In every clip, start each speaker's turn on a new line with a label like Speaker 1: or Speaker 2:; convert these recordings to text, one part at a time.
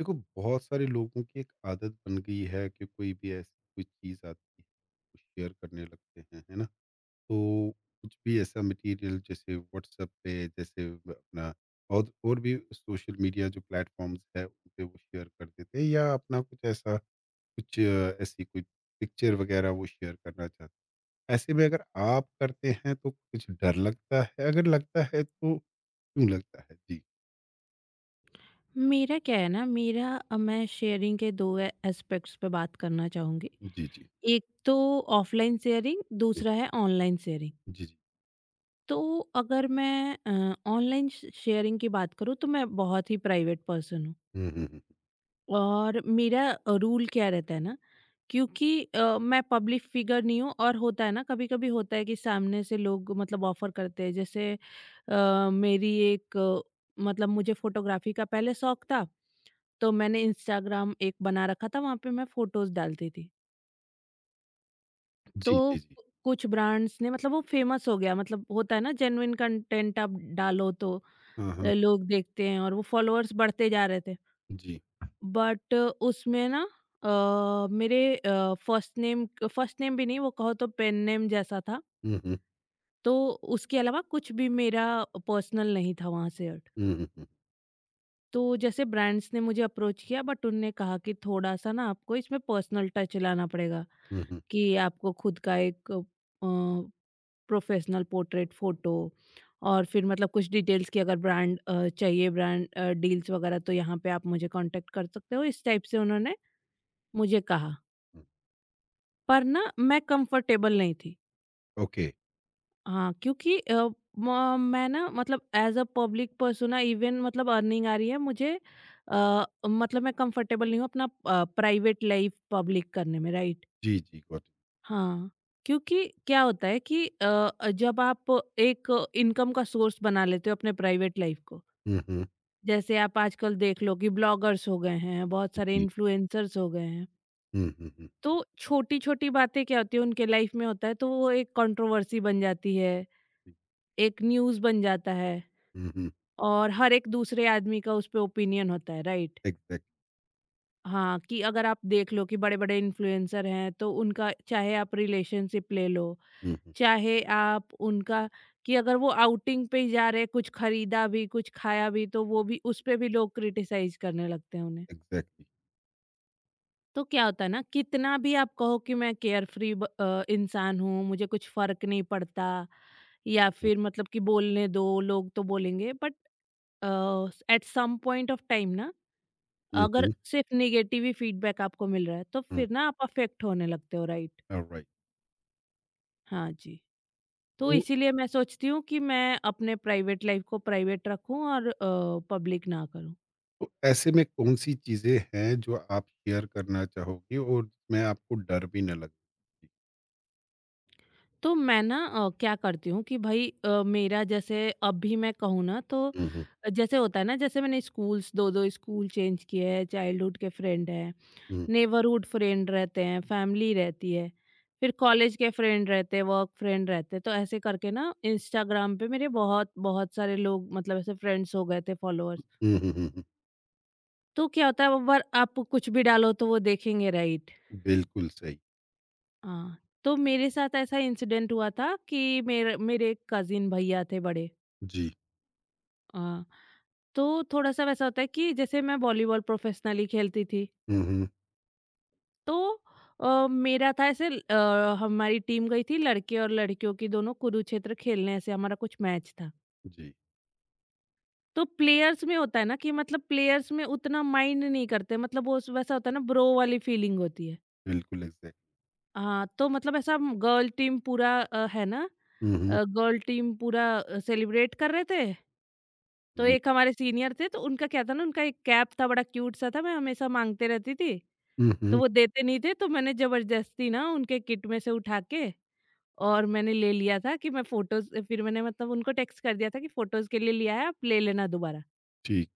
Speaker 1: देखो, बहुत सारे लोगों की एक आदत बन गई है कि कोई भी ऐसी कोई चीज आती है वो शेयर करने लगते हैं, है ना। तो कुछ भी ऐसा मटेरियल जैसे व्हाट्सएप पे जैसे अपना और भी सोशल मीडिया जो प्लेटफॉर्म्स है उन पे वो शेयर कर देते हैं, या अपना कुछ ऐसा, कुछ ऐसी कोई पिक्चर वगैरह वो शेयर करना चाहते हैं। ऐसे में अगर आप करते हैं तो कुछ डर लगता है, अगर लगता है तो क्यों लगता है जी।
Speaker 2: मेरा क्या है ना, मेरा मैं शेयरिंग के 2 ए एस्पेक्ट्स पे बात करना चाहूँगी।
Speaker 1: जी। जी
Speaker 2: एक तो ऑफ़लाइन शेयरिंग, दूसरा है ऑनलाइन शेयरिंग।
Speaker 1: जी जी।
Speaker 2: तो अगर मैं ऑनलाइन श शेयरिंग की बात करूँ तो मैं बहुत ही प्राइवेट पर्सन हूँ।
Speaker 1: हम्म।
Speaker 2: और मेरा रूल क्या रहता है ना, क्योंकि मैं पब्लिक फ़िगर नहीं हूँ। और होता है ना, कभी-कभी होता है कि सामने से लोग मतलब ऑफ़र करते हैं। जैसे मेरी एक मतलब, मुझे फ़ोटोग्राफ़ी का पहले शौक था। तो मैंने इंस्टाग्राम एक बना रखा था, वहाँ पे मैं फ़ोटोज़ डालती थी। तो
Speaker 1: जी जी जी।
Speaker 2: कु कुछ ब्रांड्स ने मतलब वो फ़ेमस हो गया, मतलब होता है ना, जेन्युइन कंटेंट आप डालो तो
Speaker 1: हाँ हाँ।
Speaker 2: लोग देखते हैं, और वो फ़ॉलोअर्स बढ़ते जा रहे थे।
Speaker 1: जी।
Speaker 2: बट उसमें ना, मेरे फ़र्स्ट नेम, फ़र्स्ट नेम भी नहीं, वो कहो तो पेन नेम जैसा था।
Speaker 1: हुँ, हुँ।
Speaker 2: तो उसके अलावा कुछ भी मेरा पर्सनल नहीं था वहाँ से हट।
Speaker 1: हुँ, हुँ, हुँ।
Speaker 2: तो जैसे ब्रांड्स ने मुझे अप्रोच किया, बट उनने कहा कि थोड़ा-सा ना आपको इसमें पर्सनल टच लाना पड़ेगा।
Speaker 1: हुँ, हुँ,
Speaker 2: कि आपको खुद का एक प्रोफेशनल पोर्ट्रेट फोटो, और फिर मतलब कुछ डिटेल्स की अगर ब्रांड चाहिए, ब्रांड डील्स वगैरह, तो यहाँ पे आप मुझे कांटेक्ट कर सकते हो, इस टाइप से उन्होंने मुझे कहा।
Speaker 1: हुँ।
Speaker 2: पर ना, मैं कंफर्टेबल नहीं थी।
Speaker 1: ओके।
Speaker 2: हाँ, क्योंकि म मैं ना मतलब as uh public persona, even मतलब अर्निंग आ रही है मुझे, अ, मतलब मैं कंफर्टेबल नहीं हूँ अपना प्राइवेट लाइफ़ पब्लिक करने में, राइट?
Speaker 1: जी, जी, गॉट इट।
Speaker 2: हाँ, क्योंकि क्या होता है कि जब आप एक इनकम का सोर्स बना लेते हो अपने प्राइवेट लाइफ को,
Speaker 1: हुँ, हुँ।
Speaker 2: जैसे आप आजकल देख लो कि ब्लॉगर्स हो गए हैं, बहुत सारे
Speaker 1: जी।
Speaker 2: इन्फ्लुएंसर्स हो गए हैं,
Speaker 1: हुँ, हुँ, हुँ।
Speaker 2: तो छोटी-छोटी बातें क्या होती हैं, उनके लाइफ में होता है तो वो एक कंट्रोवर्सी बन जाती है,
Speaker 1: जी।
Speaker 2: एक न्यूज़ बन जाता है,
Speaker 1: हुँ, हुँ।
Speaker 2: और हर एक दूसरे आदमी का उस पे ओपिनियन होता है, राइट?
Speaker 1: एग्ज़ैक्टली।
Speaker 2: हाँ, कि अगर आप देख लो कि बड़े-बड़े इन्फ्लुएंसर हैं, तो उनका चाहे आप रिलेशनशिप ले लो,
Speaker 1: हुँ, हुँ।
Speaker 2: चाहे आप उनका, कि अगर वो आउटिंग पे ही जा रहे, कुछ खरीदा भी, कुछ खाया भी, तो वो भी, उस पे भी लोग क्रिटिसाइज़ करने लगते हैं उन्हें।
Speaker 1: एग्ज़ैक्टली।
Speaker 2: तो क्या होता है ना, कितना भी आप कहो कि मैं केयर फ्री इंसान हूँ, मुझे कुछ फ़र्क नहीं पड़ता, या
Speaker 1: हुँ।
Speaker 2: फिर मतलब कि बोलने दो, लोग तो बोलेंगे। But uh, at some point of time ना,
Speaker 1: हुँ,
Speaker 2: अगर
Speaker 1: हुँ।
Speaker 2: सिर्फ़ नेगेटिव ही फीडबैक आपको मिल रहा है, तो
Speaker 1: हुँ।
Speaker 2: फिर ना आप अफ़ेक्ट होने लगते हो, राइट?
Speaker 1: ऑलराइट।
Speaker 2: हाँ जी। तो
Speaker 1: तो
Speaker 2: इसीलिए मैं सोचती हूँ कि मैं अपने प्राइवेट लाइफ को प्राइवेट रखूँ और पब्लिक ना करूँ।
Speaker 1: तो ऐसे में कौन-सी चीज़ें हैं जो आप शेयर करना चाहोगी और जिसमें आपको डर भी ना लगे?
Speaker 2: तो मैं ना, क्या करती हूँ कि भाई, मेरा जैसे अब भी मैं कहूँ ना तो,
Speaker 1: हुँ, हुँ।
Speaker 2: जैसे होता है ना, जैसे मैंने स्कूल्स 2-2 स्कूल चेंज किए हैं, चाइल्डहुड के फ्रेंड हैं,
Speaker 1: हुँ।
Speaker 2: नेबरहुड फ्रेंड रहते हैं, फैमिली रहती है, फिर कॉलेज के फ्रेंड रहते हैं, वर्क फ्रेंड रहते हैं। तो ऐसे करके ना इंस्टाग्राम पे मेरे बहुत-बहुत सारे लोग, मतलब ऐसे फ्रेंड्स हो गए थे, फॉलोअर्स।
Speaker 1: हुँ, हुँ, हुँ, हुँ।
Speaker 2: तो क्या होता है, वो बार आप कुछ भी डालो तो वो देखेंगे, राइट?
Speaker 1: बिल्कुल सही।
Speaker 2: हाँ। तो मेरे साथ ऐसा इंसिडेंट हुआ था कि मेरे मेरे कजिन भैया थे बड़े।
Speaker 1: जी।
Speaker 2: हाँ। तो थोड़ा सा वैसा होता है कि, जैसे मैं वॉलीबॉल प्रोफेशनली खेलती थी,
Speaker 1: हुँ, हुँ।
Speaker 2: तो मेरा था ऐसे हमारी टीम गई थी, लड़के और लड़कियों की दोनों, कुरुक्षेत्र खेलने, ऐसे हमारा कुछ मैच था।
Speaker 1: जी।
Speaker 2: तो प्लेयर्स में होता है ना कि मतलब, प्लेयर्स में उतना माइंड नहीं करते, मतलब वो वैसा होता है ना, ब्रो वाली फीलिंग होती है।
Speaker 1: बिल्कुल एग्ज़ैक्ट।
Speaker 2: हाँ, तो मतलब ऐसा, गर्ल टीम पूरा है ना,
Speaker 1: हुँ, हुँ।
Speaker 2: गर्ल टीम पूरा सेलिब्रेट कर रहे थे। तो
Speaker 1: हुँ।
Speaker 2: एक हमारे सीनियर थे, तो उनका क्या था ना, उनका एक कैप था, बड़ा क्यूट सा था, मैं हमेशा माँगते रहती थी,
Speaker 1: हुँ,
Speaker 2: तो
Speaker 1: हुँ।
Speaker 2: वो देते नहीं थे, तो मैंने ज़बरदस्ती ना उनके किट में से उठा के, और मैंने ले लिया था कि मैं फ़ोटोज़, फिर मैंने मतलब उनको टेक्स्ट कर दिया था कि फ़ोटोज़ के लिए लिया है, आप ले लेना दोबारा।
Speaker 1: ठीक।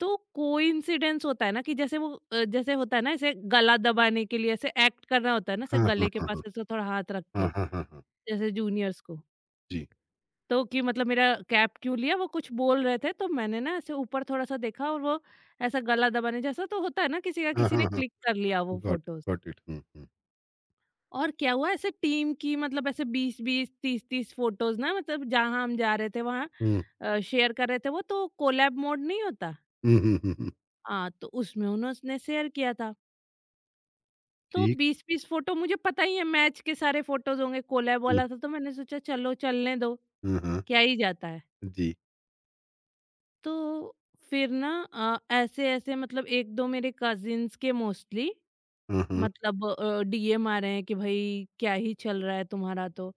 Speaker 2: तो कोइंसिडेंस होता है ना कि, जैसे वो जैसे होता है ना, ऐसे गला दबाने के लिए ऐसे एक्ट करना होता है ना, ऐसे
Speaker 1: हाँ, हाँ,
Speaker 2: गले के
Speaker 1: हाँ,
Speaker 2: पास
Speaker 1: हाँ।
Speaker 2: ऐसे थोड़ा हाथ रख
Speaker 1: हाँ,
Speaker 2: के।
Speaker 1: हाँ, हाँ, हाँ।
Speaker 2: जैसे जूनियर्स को,
Speaker 1: जी।
Speaker 2: तो कि मतलब मेरा कैप क्यों लिया वो कुछ बोल रहे थे, तो मैंने ना ऐसे ऊपर थोड़ा-सा देखा, और वो ऐसा गला दबाने जैसा तो होता है ना, किसी का,
Speaker 1: हाँ,
Speaker 2: किसी
Speaker 1: हाँ,
Speaker 2: ने
Speaker 1: हाँ।
Speaker 2: क्लिक कर लिया वो
Speaker 1: got it,
Speaker 2: photos.
Speaker 1: Got it. हुँ, हुँ।
Speaker 2: और क्या हुआ, ऐसे टीम की मतलब ऐसे 20-20 30-30 फ़ोटोज़ ना, मतलब जहाँ हम जा रहे थे वहाँ
Speaker 1: हुँ।
Speaker 2: शेयर कर रहे थे, वो तो कोलैब मोड नहीं होता?
Speaker 1: हुँ, हुँ, हुँ, हुँ।
Speaker 2: हाँ, तो उसमें उन्होंने शेयर किया था। तो
Speaker 1: ठीक।
Speaker 2: 20-20 फ़ोटो, मुझे पता ही है मैच के सारे फ़ोटोज़ होंगे, कोलैब
Speaker 1: हुँ।
Speaker 2: वाला था तो मैंने सोचा चलो चलने दो,
Speaker 1: हाँ, हाँ।
Speaker 2: क्या ही जाता है।
Speaker 1: जी।
Speaker 2: तो फिर ना, ऐसे-ऐसे मतलब 1-2 मेरे कज़िन्स के मोस्टली,
Speaker 1: हाँ, हाँ।
Speaker 2: मतलब डीएम आ रहे हैं कि भाई क्या ही चल रहा है तुम्हारा तो।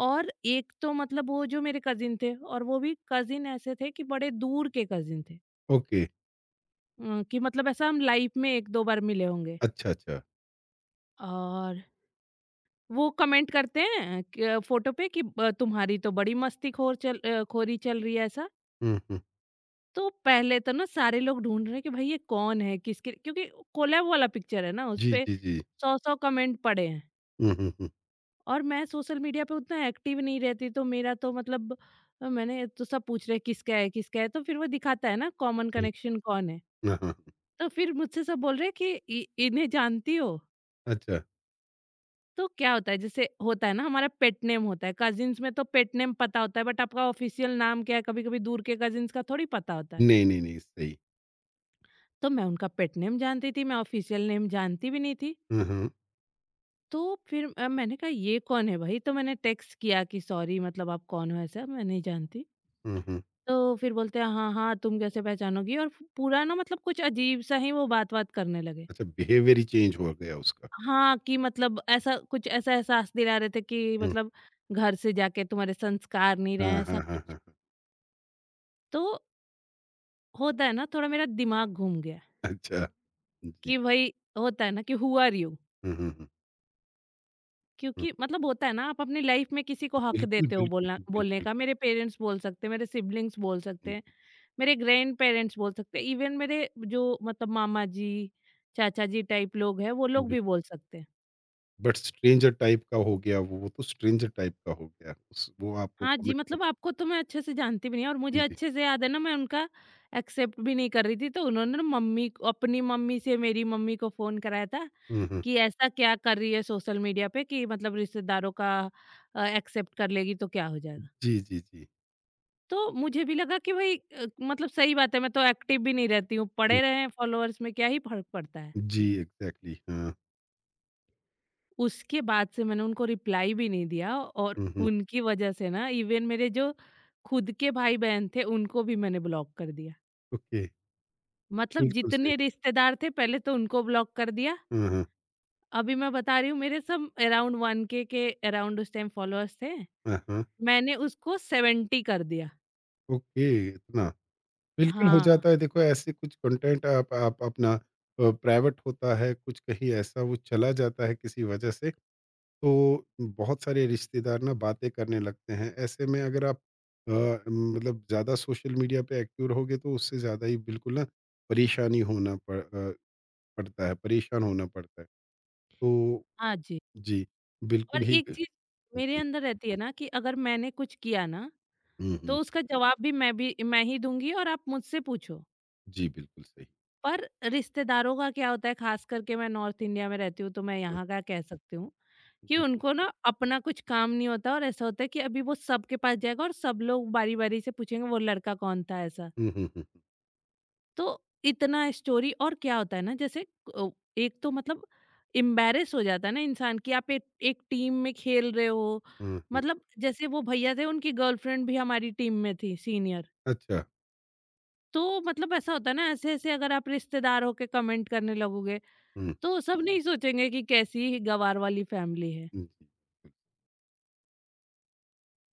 Speaker 2: और एक तो मतलब वो जो मेरे कज़िन थे, और वो भी कज़िन ऐसे थे कि बड़े दूर के कज़िन थे,
Speaker 1: ओके।
Speaker 2: कि मतलब ऐसा, हम लाइफ में 1-2 बार मिले होंगे।
Speaker 1: अच्छा, अच्छा।
Speaker 2: और वो कमेंट करते हैं कि फ़ोटो पे कि ब तुम्हारी तो बड़ी मस्तीखोर खोरी चल रही है, ऐसा।
Speaker 1: हुँ, हुँ।
Speaker 2: तो पहले तो ना सारे लोग ढूंढ रहे हैं कि भाई ये कौन है, किसके, क्योंकि कोलैब वाला पिक्चर है ना,
Speaker 1: जी,
Speaker 2: उसपे
Speaker 1: जी, जी।
Speaker 2: 100-100 कमेंट पड़े हैं।
Speaker 1: हुँ, हुँ, हुँ,
Speaker 2: और मैं सोशल मीडिया पे उतना एक्टिव नहीं रहती, तो मेरा तो मतलब, मैंने तो, सब पूछ रहे किसका है किसका है, तो फिर वो दिखाता है ना कॉमन
Speaker 1: हुँ।
Speaker 2: कनेक्शन कौन है।
Speaker 1: हाँ, हाँ।
Speaker 2: तो फिर मुझसे सब बोल रहे हैं कि इन्हें जानती हो?
Speaker 1: अच्छा।
Speaker 2: तो क्या होता है, जैसे होता है ना हमारा पेट नेम होता है कजिन्स में, तो पेट नेम पता होता है, बट आपका ऑफिशियल नाम क्या है, कभी कभी दूर के कजिन्स का थोड़ी पता होता है।
Speaker 1: नहीं, नहीं, नहीं, सही।
Speaker 2: तो मैं उनका पेट नेम जानती थी, मैं ऑफ़िशियल नेम जानती भी नहीं थी।
Speaker 1: हुँ, हुँ।
Speaker 2: तो फिर मैंने कहा ये कौन है भाई? तो मैंने टेक्स्ट किया कि सॉरी, मतलब आप कौन हो ऐसा, मैं नहीं जानती।
Speaker 1: हुँ, हुँ।
Speaker 2: तो फिर बोलते हैं हाँ, हाँ, तुम कैसे पहचानोगी? और पूरा ना, मतलब कुछ अजीब सा ही वो बात-वात करने लगे।
Speaker 1: अच्छा, बिहेवियर ही चेंज हो गया उसका।
Speaker 2: हाँ, कि मतलब ऐसा कुछ, ऐसा एहसास दिला रहे थे कि
Speaker 1: हुँ।
Speaker 2: मतलब, घर से जाके तुम्हारे संस्कार नहीं रहे
Speaker 1: हाँ,
Speaker 2: हैं,
Speaker 1: हाँ,
Speaker 2: ऐसा
Speaker 1: हाँ,
Speaker 2: कुछ।
Speaker 1: हाँ, हाँ।
Speaker 2: तो होता है ना, थोड़ा मेरा दिमाग घूम गया
Speaker 1: अच्छा। जी।
Speaker 2: कि भाई, होता है ना कि, हू आर यू?
Speaker 1: हुँ, हुँ, हुँ, हुँ।
Speaker 2: क्योंकि मतलब होता है ना, आप अपनी लाइफ में किसी को हक
Speaker 1: बिल्कुल,
Speaker 2: देते हो
Speaker 1: बिल्कुल,
Speaker 2: बोलना, बोलने
Speaker 1: बिल्कुल।
Speaker 2: का। मेरे पेरेंट्स बोल सकते हैं, मेरे सिबलिंग्स बोल सकते
Speaker 1: हुँ,
Speaker 2: हैं, मेरे ग्रैंड पेरेंट्स बोल सकते हैं, इवन मेरे जो मतलब मामा जी, चाचा जी टाइप लोग हैं, वो लोग
Speaker 1: जी।
Speaker 2: भी बोल सकते हैं।
Speaker 1: बट स्ट्रेंजर टाइप का हो गया वो तो स्ट्रेंजर टाइप का हो गया। उस वो आपको
Speaker 2: हाँ जी,
Speaker 1: कमिट कर।
Speaker 2: मतलब आपको तो मैं अच्छे से जानती भी नहीं। और मुझे
Speaker 1: जी, जी।
Speaker 2: अच्छे से याद है ना, मैं उनका एक्सेप्ट भी नहीं कर रही थी, तो उन्होंने ना अपनी मम्मी से मेरी मम्मी को फोन कराया था
Speaker 1: हुँ, हुँ।
Speaker 2: कि ऐसा क्या कर रही है सोशल मीडिया पे, कि मतलब रिश्तेदारों का एक्सेप्ट कर लेगी तो क्या हो जाएगा।
Speaker 1: जी, जी, जी।
Speaker 2: तो मुझे भी लगा कि भाई, मतलब सही बात है, मैं तो एक्टिव भी नहीं रहती हूँ,
Speaker 1: हुँ।
Speaker 2: पड़े रहें फॉलोअर्स में, क्या ही फ़र्क पड़ता है।
Speaker 1: जी, एग्ज़ैक्टली हाँ।
Speaker 2: उसके बाद से मैंने उनको रिप्लाई भी नहीं दिया, और
Speaker 1: हुँ, हुँ।
Speaker 2: उनकी वजह से ना इवन मेरे जो खुद के भाई-बहन थे, उनको भी मैंने ब्लॉक कर दिया।
Speaker 1: ओके,
Speaker 2: मतलब
Speaker 1: बिल्कुल सही।
Speaker 2: जितने रिश्तेदार थे पहले, तो उनको ब्लॉक कर दिया।
Speaker 1: हाँ, हाँ।
Speaker 2: अभी मैं बता रही हूँ, मेरे सब अराउंड 1 के अराउंड उस टाइम फॉलोअर्स थे।
Speaker 1: हाँ, हाँ।
Speaker 2: मैंने उसको 70 कर दिया।
Speaker 1: ओके, इतना। बिल्कुल हो
Speaker 2: हाँ,
Speaker 1: जाता है, देखो ऐसे कुछ कंटेंट आप अपना प्राइवेट होता है, कुछ कहीं ऐसा वो चला जाता है किसी वजह से, तो बहुत सारे रिश्तेदार ना बातें करने लगते हैं। ऐसे में अगर आप अ, मतलब ज़्यादा सोशल मीडिया पे एक्टिव रहोगे तो उससे ज़्यादा ही बिल्कुल ना परेशानी होना पड़ता है, परेशान होना पड़ता है। तो
Speaker 2: हाँ जी।
Speaker 1: जी, बिल्कुल
Speaker 2: और
Speaker 1: ही।
Speaker 2: एक चीज़ मेरे
Speaker 1: जी।
Speaker 2: अंदर रहती है ना कि अगर मैंने कुछ किया ना,
Speaker 1: हुँ,
Speaker 2: तो
Speaker 1: हुँ।
Speaker 2: उसका जवाब भी मैं ही दूँगी, और आप मुझसे पूछो।
Speaker 1: जी, बिल्कुल सही।
Speaker 2: पर रिश्तेदारों का क्या होता है, ख़ास करके मैं नॉर्थ इंडिया में रहती हूँ, तो मैं
Speaker 1: हुँ।
Speaker 2: यहाँ का कह सकती हूँ कि
Speaker 1: जी।
Speaker 2: उनको ना अपना कुछ काम नहीं होता, और ऐसा होता है कि अभी वो सबके पास जाएगा और सब लोग बारी-बारी से पूछेंगे, "वो लड़का कौन था?" ऐसा।
Speaker 1: हुँ, हुँ, हुँ,
Speaker 2: तो इतना स्टोरी, और क्या होता है ना, जैसे अ, एक तो मतलब एम्बैरेस हो जाता है ना इंसान कि आप एक एक टीम में खेल रहे हो।
Speaker 1: हुँ, हुँ।
Speaker 2: मतलब जैसे वो भैया थे, उनकी गर्लफ्रेंड भी हमारी टीम में थी, सीनियर।
Speaker 1: अच्छा।
Speaker 2: तो मतलब ऐसा होता है ना, ऐसे-ऐसे अगर आप रिश्तेदार होके कमेंट करने लगोगे,
Speaker 1: हुँ,
Speaker 2: तो सब नहीं सोचेंगे कि कैसी गँवार वाली फैमिली है।
Speaker 1: हुँ, जी। बिल्कुल।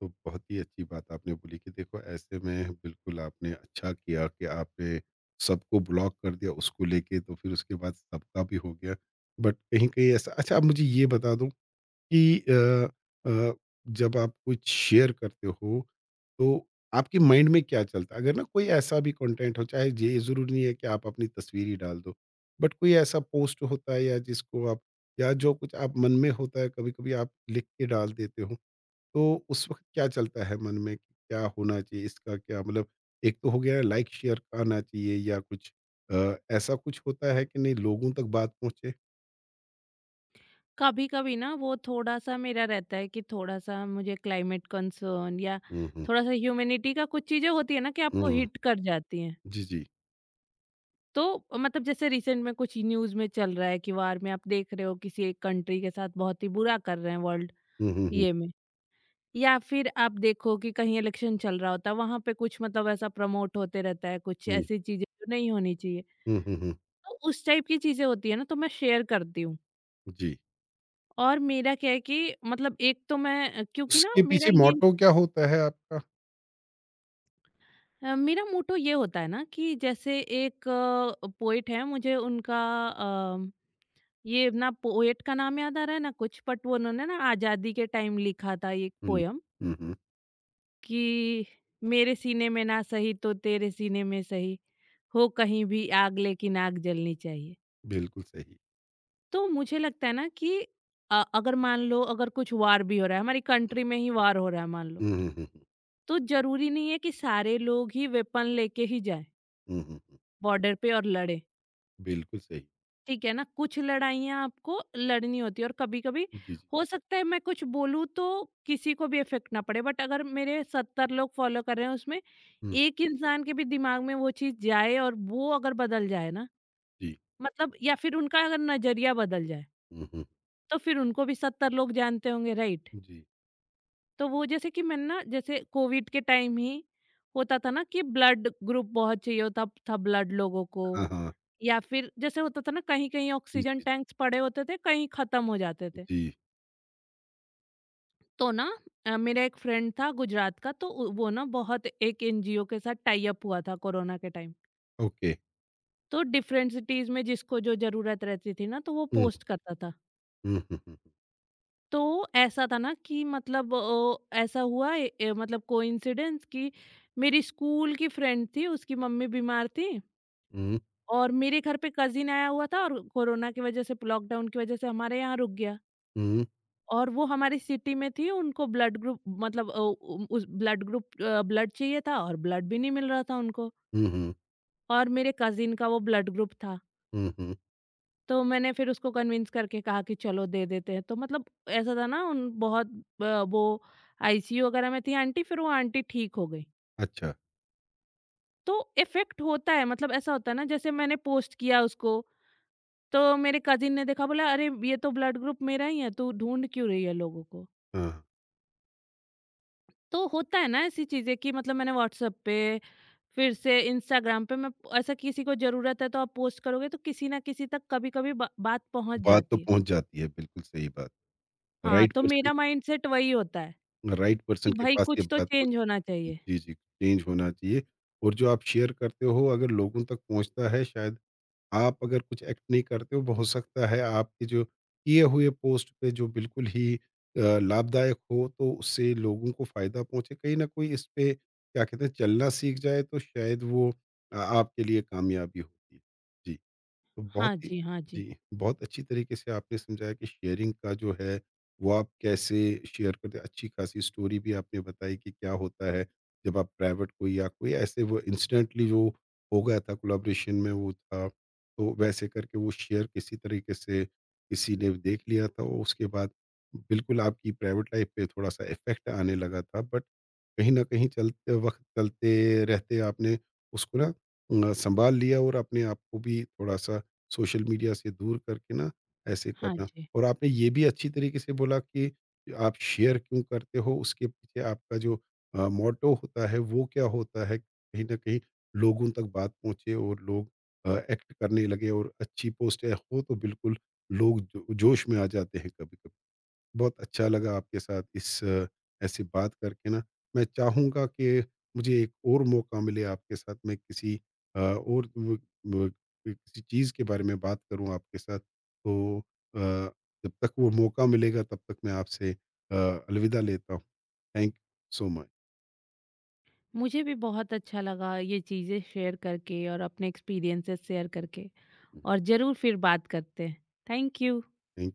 Speaker 1: तो बहुत ही अच्छी बात आपने बोली कि देखो, ऐसे में बिल्कुल आपने अच्छा किया कि आपने सबको ब्लॉक कर दिया उसको लेके, तो फिर उसके बाद सबका भी हो गया। बट कहीं-कहीं ऐसा, अच्छा आप मुझे ये बता दो कि अ, जब आप कुछ शेयर करते हो, तो आपके माइंड में क्या चलता है? अगर ना कोई ऐसा भी कंटेंट हो, चाहे ये ज़रूरी नहीं है कि आप अपनी तस्वीर ही डाल दो, बट कोई ऐसा पोस्ट होता है या जिसको आप, या जो कुछ आप मन में होता है, कभी-कभी आप लिख के डाल देते हो, तो उस वक़्त क्या चलता है मन में? कि क्या होना चाहिए? इसका क्या मतलब? एक तो हो गया लाइक शेयर का आना चाहिए, या कुछ ऐसा कुछ होता है कि नहीं, लोगों तक बात पहुँचे?
Speaker 2: कभी-कभी ना वो थोड़ा-सा मेरा रहता है कि, थोड़ा-सा मुझे क्लाइमेट कंसर्न, या
Speaker 1: हुँ, हुँ।
Speaker 2: थोड़ा-सा ह्यूमैनिटी का कुछ चीज़ें होती है ना कि
Speaker 1: हुँ,
Speaker 2: आपको
Speaker 1: हुँ।
Speaker 2: हिट कर जाती हैं।
Speaker 1: जी, जी।
Speaker 2: तो मतलब जैसे रिसेंट में कुछ न्यूज़ में चल रहा है कि, वार में आप देख रहे हो किसी एक कंट्री के साथ बहुत ही बुरा कर रहे हैं वर्ल्ड
Speaker 1: हुँ, हुँ, हुँ।
Speaker 2: ये में। या फिर आप देखो कि कहीं इलेक्शन चल रहा होता है वहां पे कुछ मतलब ऐसा प्रमोट होते रहता है कुछ
Speaker 1: हुँ।
Speaker 2: ऐसी चीजें जो नहीं होनी चाहिए।
Speaker 1: हुँ, हुँ, हुँ।
Speaker 2: तो उस टाइप की चीजें होती है ना, तो मैं शेयर करती हूँ।
Speaker 1: जी।
Speaker 2: और मेरा क्या है कि मतलब एक तो मैं क्योंकि ना
Speaker 1: उसके
Speaker 2: मेरा
Speaker 1: पीछे
Speaker 2: ये
Speaker 1: मोट्टो क्या होता है आपका?
Speaker 2: मेरा मोटो ये होता है ना कि जैसे एक पोइट है मुझे उनका। अ, ये ना पोएट का नाम याद आ रहा है ना कुछ बट वो उन्होंने ना आजादी के टाइम लिखा था एक
Speaker 1: हुँ।
Speaker 2: पोयम
Speaker 1: हुँ, हुँ।
Speaker 2: कि मेरे सीने में ना सही तो तेरे सीने में सही, हो कहीं भी आग लेकिन आग जलनी चाहिए।
Speaker 1: बिल्कुल सही।
Speaker 2: तो मुझे लगता है ना कि अगर मान लो अगर कुछ वार भी हो रहा है, हमारी कंट्री में ही वार हो रहा है मान लो,
Speaker 1: हुँ, हुँ, हुँ, हुँ।
Speaker 2: तो ज़रूरी नहीं है कि सारे लोग ही वेपन लेके ही जाएँ
Speaker 1: हुँ, हुँ, हुँ।
Speaker 2: बॉर्डर पे और लड़ें,
Speaker 1: बिल्कुल सही।
Speaker 2: ठीक है ना? कुछ लड़ाइयाँ आपको लड़नी होती है, और कभी-कभी
Speaker 1: जी, जी।
Speaker 2: हो सकता है मैं कुछ बोलूँ तो किसी को भी इफ़ेक्ट ना पड़े, बट अगर मेरे 70 लोग फॉलो कर रहे हैं उसमें
Speaker 1: हुँ,
Speaker 2: एक इंसान के भी दिमाग में वो चीज़ जाए और वो अगर बदल जाए ना,
Speaker 1: जी।
Speaker 2: मतलब या फिर उनका अगर नज़रिया बदल जाए,
Speaker 1: हुँ, हुँ।
Speaker 2: तो फिर उनको भी 70 लोग जानते होंगे, राइट?
Speaker 1: जी।
Speaker 2: तो वो जैसे कि मैंने ना, जैसे कोविड के टाइम ही होता था ना कि ब्लड ग्रुप बहुत चाहिए होता था, ब्लड लोगों को।
Speaker 1: हाँ, हाँ।
Speaker 2: या फिर जैसे होता था ना कहीं-कहीं
Speaker 1: जी,
Speaker 2: ऑक्सीजन
Speaker 1: जी,
Speaker 2: टैंक्स पड़े होते थे, कहीं खत्म हो जाते थे।
Speaker 1: जी।
Speaker 2: तो ना, मेरा एक फ्रेंड था गुजरात का, तो उ वो ना बहुत एक एनजीओ के साथ टाई अप हुआ था कोरोना के टाइम।
Speaker 1: ओके।
Speaker 2: तो डिफरेंट सिटीज़ में जिसको जो ज़रूरत रहती थी ना, तो वो
Speaker 1: हुँ,
Speaker 2: पोस्ट करता था।
Speaker 1: हुँ, हुँ, हुँ।
Speaker 2: तो ऐसा था ना कि मतलब ऐसा हुआ ए, ए, मतलब कोइंसिडेंस कि मेरी स्कूल की फ्रेंड थी, उसकी मम्मी बीमार थी,
Speaker 1: हुँ,
Speaker 2: और मेरे घर पे कजिन आया हुआ था और कोरोना की वजह से, लॉकडाउन की वजह से हमारे यहाँ रुक गया।
Speaker 1: हुँ,
Speaker 2: और वो हमारी सिटी में थी, उनको ब्लड ग्रुप मतलब उस ब्लड ग्रुप ब्लड चाहिए था, और ब्लड भी नहीं मिल रहा था उनको,
Speaker 1: हुँ, हुँ,
Speaker 2: और मेरे कजिन का वो ब्लड ग्रुप था।
Speaker 1: हुँ, हुँ।
Speaker 2: तो मैंने फिर उसको कन्विंस करके कहा कि चलो दे देते हैं, तो मतलब ऐसा था ना, उन बहुत वो आईसीयू वगैरह में थी आंटी, फिर वो आंटी ठीक हो गई।
Speaker 1: अच्छा,
Speaker 2: तो इफेक्ट होता है, मतलब ऐसा होता है ना, जैसे मैंने पोस्ट किया उसको तो मेरे कजिन ने देखा, बोला अरे ये तो ब्लड ग्रुप मेरा ही है, तू ढूंढ क्यों रही है लोगों को।
Speaker 1: हाँ।
Speaker 2: तो होता है ना ऐसी चीजें कि मतलब मैंने व्हाट्सएप पे, फिर से इंस्टाग्राम पे मैं, ऐसा किसी को जरूरत है तो आप पोस्ट करोगे तो किसी ना किसी तक कभी कभी बात पहुंच
Speaker 1: बात तो
Speaker 2: जाती है।
Speaker 1: पहुँच जाती है, बिल्कुल सही बात।
Speaker 2: हाँ,
Speaker 1: राइट
Speaker 2: तो
Speaker 1: पर्सन,
Speaker 2: मेरा माइंड सेट वही होता है
Speaker 1: राइट पर्सन
Speaker 2: कि
Speaker 1: के
Speaker 2: भाई
Speaker 1: पास ये
Speaker 2: कुछ तो
Speaker 1: बात
Speaker 2: चेंज
Speaker 1: पहुंच-।
Speaker 2: होना चाहिए।
Speaker 1: जी, जी, चेंज होना चाहिए। और जो आप शेयर करते हो अगर लोगों तक पहुँचता है, शायद आप अगर कुछ एक्ट नहीं करते हो सकता है आपके जो किए हुए पोस्ट पे जो बिल्कुल ही लाभदायक हो तो उससे लोगों को फ़ायदा पहुँचे। कहीं न कोई इस पे क्या कहते हैं चलना सीख जाए तो शायद वो आपके लिए कामयाबी होगी। जी। तो बहुत
Speaker 2: हाँ
Speaker 1: ही।
Speaker 2: जी, हाँ जी।
Speaker 1: जी, बहुत अच्छी तरीके से आपने समझाया कि शेयरिंग का जो है, वो आप कैसे शेयर करते हैं। अच्छी खासी स्टोरी भी आपने बताई कि क्या होता है, जब आप प्राइवेट कोई या कोई ऐसे वो इंसिडेंटली जो हो गया था कोलैबोरेशन में वो था, तो वैसे करके वो शेयर किसी तरीके से किसी ने देख लिया था और उसके बाद बिल्कुल आपकी प्राइवेट लाइफ़ पे थोड़ा-सा इफ़ेक्ट आने लगा था। बट कहीं न कहीं चलते वक़्त, चलते रहते आपने उसको ना सँभाल लिया और अपने आप को भी थोड़ा-सा सोशल मीडिया से दूर करके ना ऐसे
Speaker 2: हाँ
Speaker 1: करना।
Speaker 2: जी।
Speaker 1: और आपने ये भी अच्छी तरीके से बोला कि आप शेयर क्यों करते हो, उसके पीछे आपका जो मोटो होता है वो क्या होता है, कहीं ना कहीं लोगों तक बात पहुंचे और लोग एक्ट करने लगे, और अच्छी पोस्ट है हो तो बिल्कुल लोग जोश में आ जाते हैं कभी कभी। बहुत अच्छा लगा आपके साथ इस ऐसी बात करके ना। मैं चाहूँगा कि मुझे एक और मौका मिले, आपके साथ मैं किसी अ, और व व किसी चीज़ के बारे में बात करूँ आपके साथ। तो जब तक वो मौका मिलेगा तब तक मैं आपसे अलविदा लेता हूँ। Thank you so much.
Speaker 2: मुझे भी बहुत अच्छा लगा ये चीज़ें शेयर करके और अपने एक्सपीरियंसेस शेयर करके, और ज़रूर फिर बात करते हैं। Thank you.
Speaker 1: थैंक